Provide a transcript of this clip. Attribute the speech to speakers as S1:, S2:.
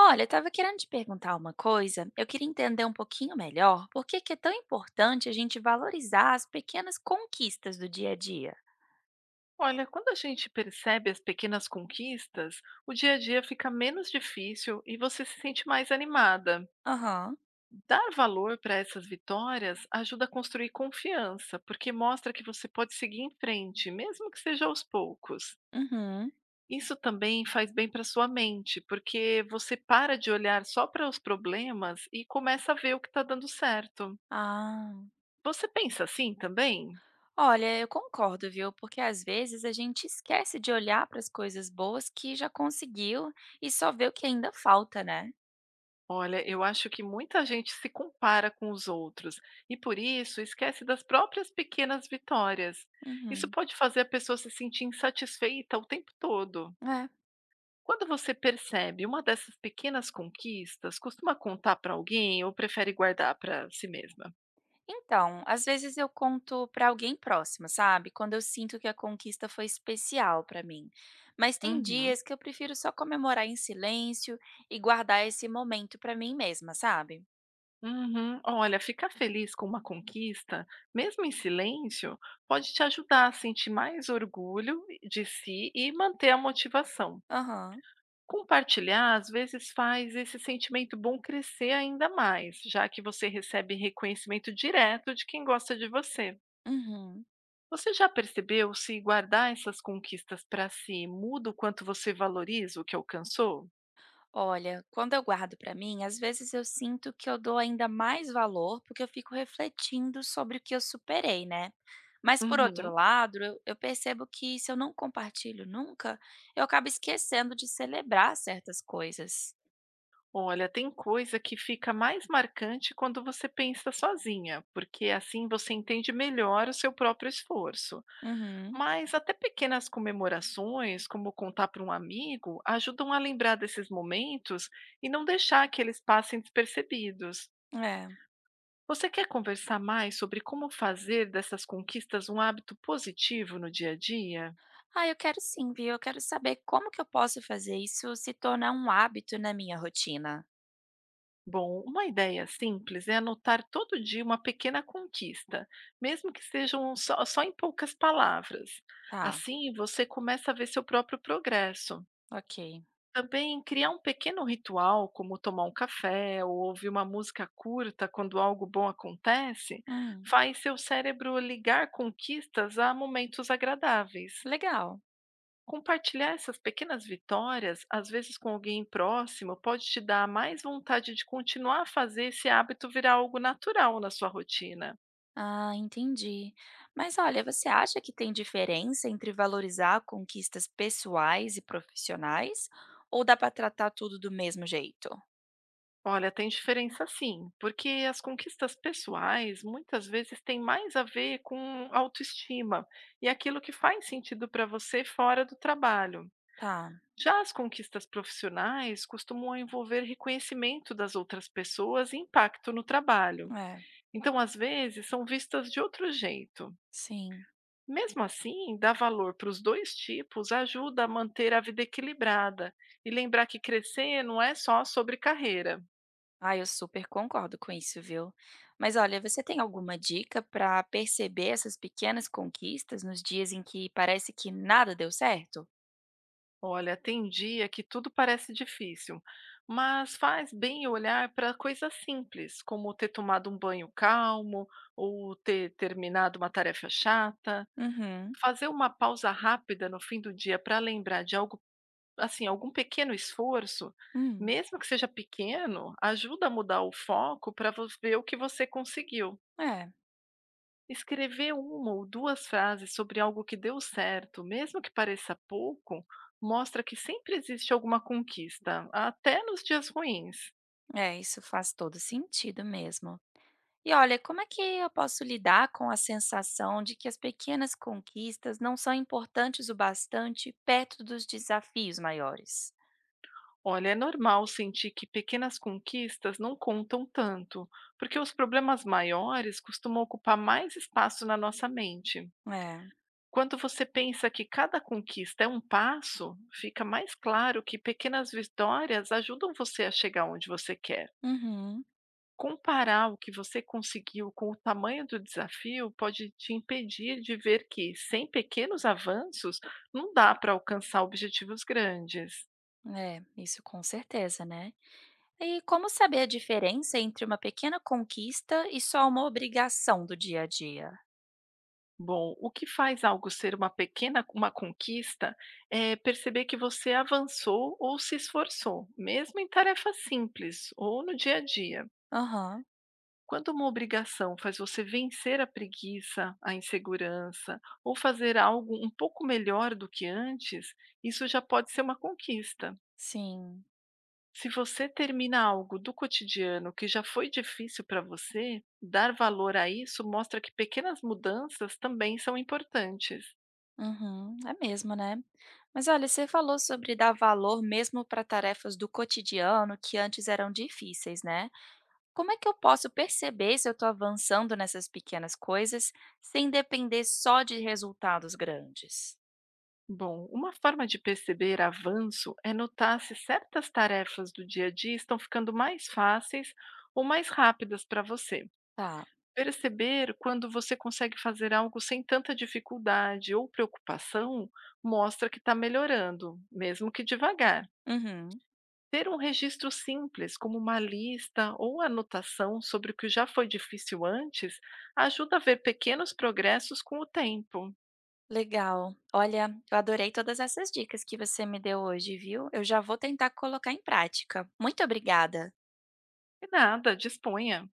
S1: Olha, eu estava querendo te perguntar uma coisa. Eu queria entender um pouquinho melhor por que é tão importante a gente valorizar as pequenas conquistas do dia a dia.
S2: Olha, quando a gente percebe as pequenas conquistas, o dia a dia fica menos difícil e você se sente mais animada.
S1: Aham.
S2: Dar valor para essas vitórias ajuda a construir confiança, porque mostra que você pode seguir em frente, mesmo que seja aos poucos.
S1: Uhum.
S2: Isso também faz bem para sua mente, porque você para de olhar só para os problemas e começa a ver o que está dando certo.
S1: Ah.
S2: Você pensa assim também?
S1: Olha, eu concordo, viu? Porque às vezes a gente esquece de olhar para as coisas boas que já conseguiu e só vê o que ainda falta, né?
S2: Olha, eu acho que muita gente se compara com os outros e por isso esquece das próprias pequenas vitórias. Isso
S1: Uhum.
S2: pode fazer a pessoa se sentir insatisfeita o tempo todo.
S1: É.
S2: Quando você percebe uma dessas pequenas conquistas, costuma contar para alguém ou prefere guardar para si mesma?
S1: Então, às vezes eu conto pra alguém próximo, sabe? Quando eu sinto que a conquista foi especial pra mim. Mas tem
S2: Uhum.
S1: dias que eu prefiro só comemorar em silêncio e guardar esse momento pra mim mesma, sabe?
S2: Uhum. Olha, ficar feliz com uma conquista, mesmo em silêncio, pode te ajudar a sentir mais orgulho de si e manter a motivação.
S1: Aham.
S2: Compartilhar, às vezes, faz esse sentimento bom crescer ainda mais, já que você recebe reconhecimento direto de quem gosta de você.
S1: Uhum.
S2: Você já percebeu se guardar essas conquistas para si muda o quanto você valoriza o que alcançou?
S1: Olha, quando eu guardo pra mim, às vezes eu sinto que eu dou ainda mais valor porque eu fico refletindo sobre o que eu superei, né? Mas por
S2: Uhum.
S1: outro lado, eu percebo que se eu não compartilho nunca, eu acabo esquecendo de celebrar certas coisas.
S2: Olha, tem coisa que fica mais marcante quando você pensa sozinha, porque assim você entende melhor o seu próprio esforço.
S1: Uhum,
S2: Mas até pequenas comemorações, como contar para um amigo, ajudam a lembrar desses momentos e não deixar que eles passem despercebidos.
S1: é.
S2: Você quer conversar mais sobre como fazer dessas conquistas um hábito positivo no dia a dia?
S1: Ah, eu quero sim, viu. Eu quero saber como que eu posso fazer isso se tornar um hábito na minha rotina.
S2: Bom, uma ideia simples é anotar todo dia uma pequena conquista, mesmo que sejam só em poucas palavras.
S1: Tá,
S2: Assim, você começa a ver seu próprio progresso.
S1: ok.
S2: Também criar um pequeno ritual, como tomar um café ou ouvir uma música curta quando algo bom acontece,
S1: Hum,
S2: faz seu cérebro ligar conquistas a momentos agradáveis.
S1: legal.
S2: Compartilhar essas pequenas vitórias, às vezes com alguém próximo, pode te dar mais vontade de continuar a fazer esse hábito virar algo natural na sua rotina.
S1: Ah, entendi. Mas olha, você acha que tem diferença entre valorizar conquistas pessoais e profissionais? Ou dá pra tratar tudo do mesmo jeito?
S2: Olha, tem diferença sim, porque as conquistas pessoais muitas vezes têm mais a ver com autoestima e aquilo que faz sentido para você fora do trabalho.
S1: Tá,
S2: Já as conquistas profissionais costumam envolver reconhecimento das outras pessoas e impacto no trabalho.
S1: é,
S2: Então, às vezes, são vistas de outro jeito.
S1: sim.
S2: Mesmo assim, dar valor para os dois tipos ajuda a manter a vida equilibrada e lembrar que crescer não é só sobre carreira.
S1: Ah, eu super concordo com isso, viu? Mas olha, você tem alguma dica para perceber essas pequenas conquistas nos dias em que parece que nada deu certo?
S2: Olha, tem dia que tudo parece difícil, mas faz bem olhar para coisas simples, como ter tomado um banho calmo ou ter terminado uma tarefa chata.
S1: Uhum.
S2: Fazer uma pausa rápida no fim do dia para lembrar de algo, assim, algum pequeno esforço,
S1: Hum.
S2: mesmo que seja pequeno, ajuda a mudar o foco para ver o que você conseguiu.
S1: É,
S2: Escrever uma ou duas frases sobre algo que deu certo, mesmo que pareça pouco, mostra que sempre existe alguma conquista, até nos dias ruins.
S1: é, isso faz todo sentido mesmo. E olha, como é que eu posso lidar com a sensação de que as pequenas conquistas não são importantes o bastante perto dos desafios maiores?
S2: Olha, é normal sentir que pequenas conquistas não contam tanto, porque os problemas maiores costumam ocupar mais espaço na nossa mente.
S1: É,
S2: Quando você pensa que cada conquista é um passo, fica mais claro que pequenas vitórias ajudam você a chegar onde você quer.
S1: uhum,
S2: Comparar o que você conseguiu com o tamanho do desafio pode te impedir de ver que, sem pequenos avanços, não dá para alcançar objetivos grandes.
S1: é, isso com certeza, né? E como saber a diferença entre uma pequena conquista e só uma obrigação do dia a dia?
S2: Bom, o que faz algo ser uma pequena uma conquista é perceber que você avançou ou se esforçou, mesmo em tarefas simples ou no dia a dia.
S1: Aham,
S2: Quando uma obrigação faz você vencer a preguiça, a insegurança ou fazer algo um pouco melhor do que antes, isso já pode ser uma conquista.
S1: sim.
S2: Se você termina algo do cotidiano que já foi difícil para você, dar valor a isso mostra que pequenas mudanças também são importantes.
S1: Uhum, é mesmo, né? Mas olha, você falou sobre dar valor mesmo para tarefas do cotidiano que antes eram difíceis, né? Como é que eu posso perceber se eu estou avançando nessas pequenas coisas sem depender só de resultados grandes?
S2: Bom, uma forma de perceber avanço é notar se certas tarefas do dia a dia estão ficando mais fáceis ou mais rápidas para você.
S1: Tá.
S2: Perceber quando você consegue fazer algo sem tanta dificuldade ou preocupação mostra que está melhorando, mesmo que devagar.
S1: Uhum.
S2: Ter um registro simples, como uma lista ou anotação sobre o que já foi difícil antes, ajuda a ver pequenos progressos com o tempo.
S1: Legal. Olha, eu adorei todas essas dicas que você me deu hoje, viu? Eu já vou tentar colocar em prática. Muito obrigada.
S2: E nada, disponha.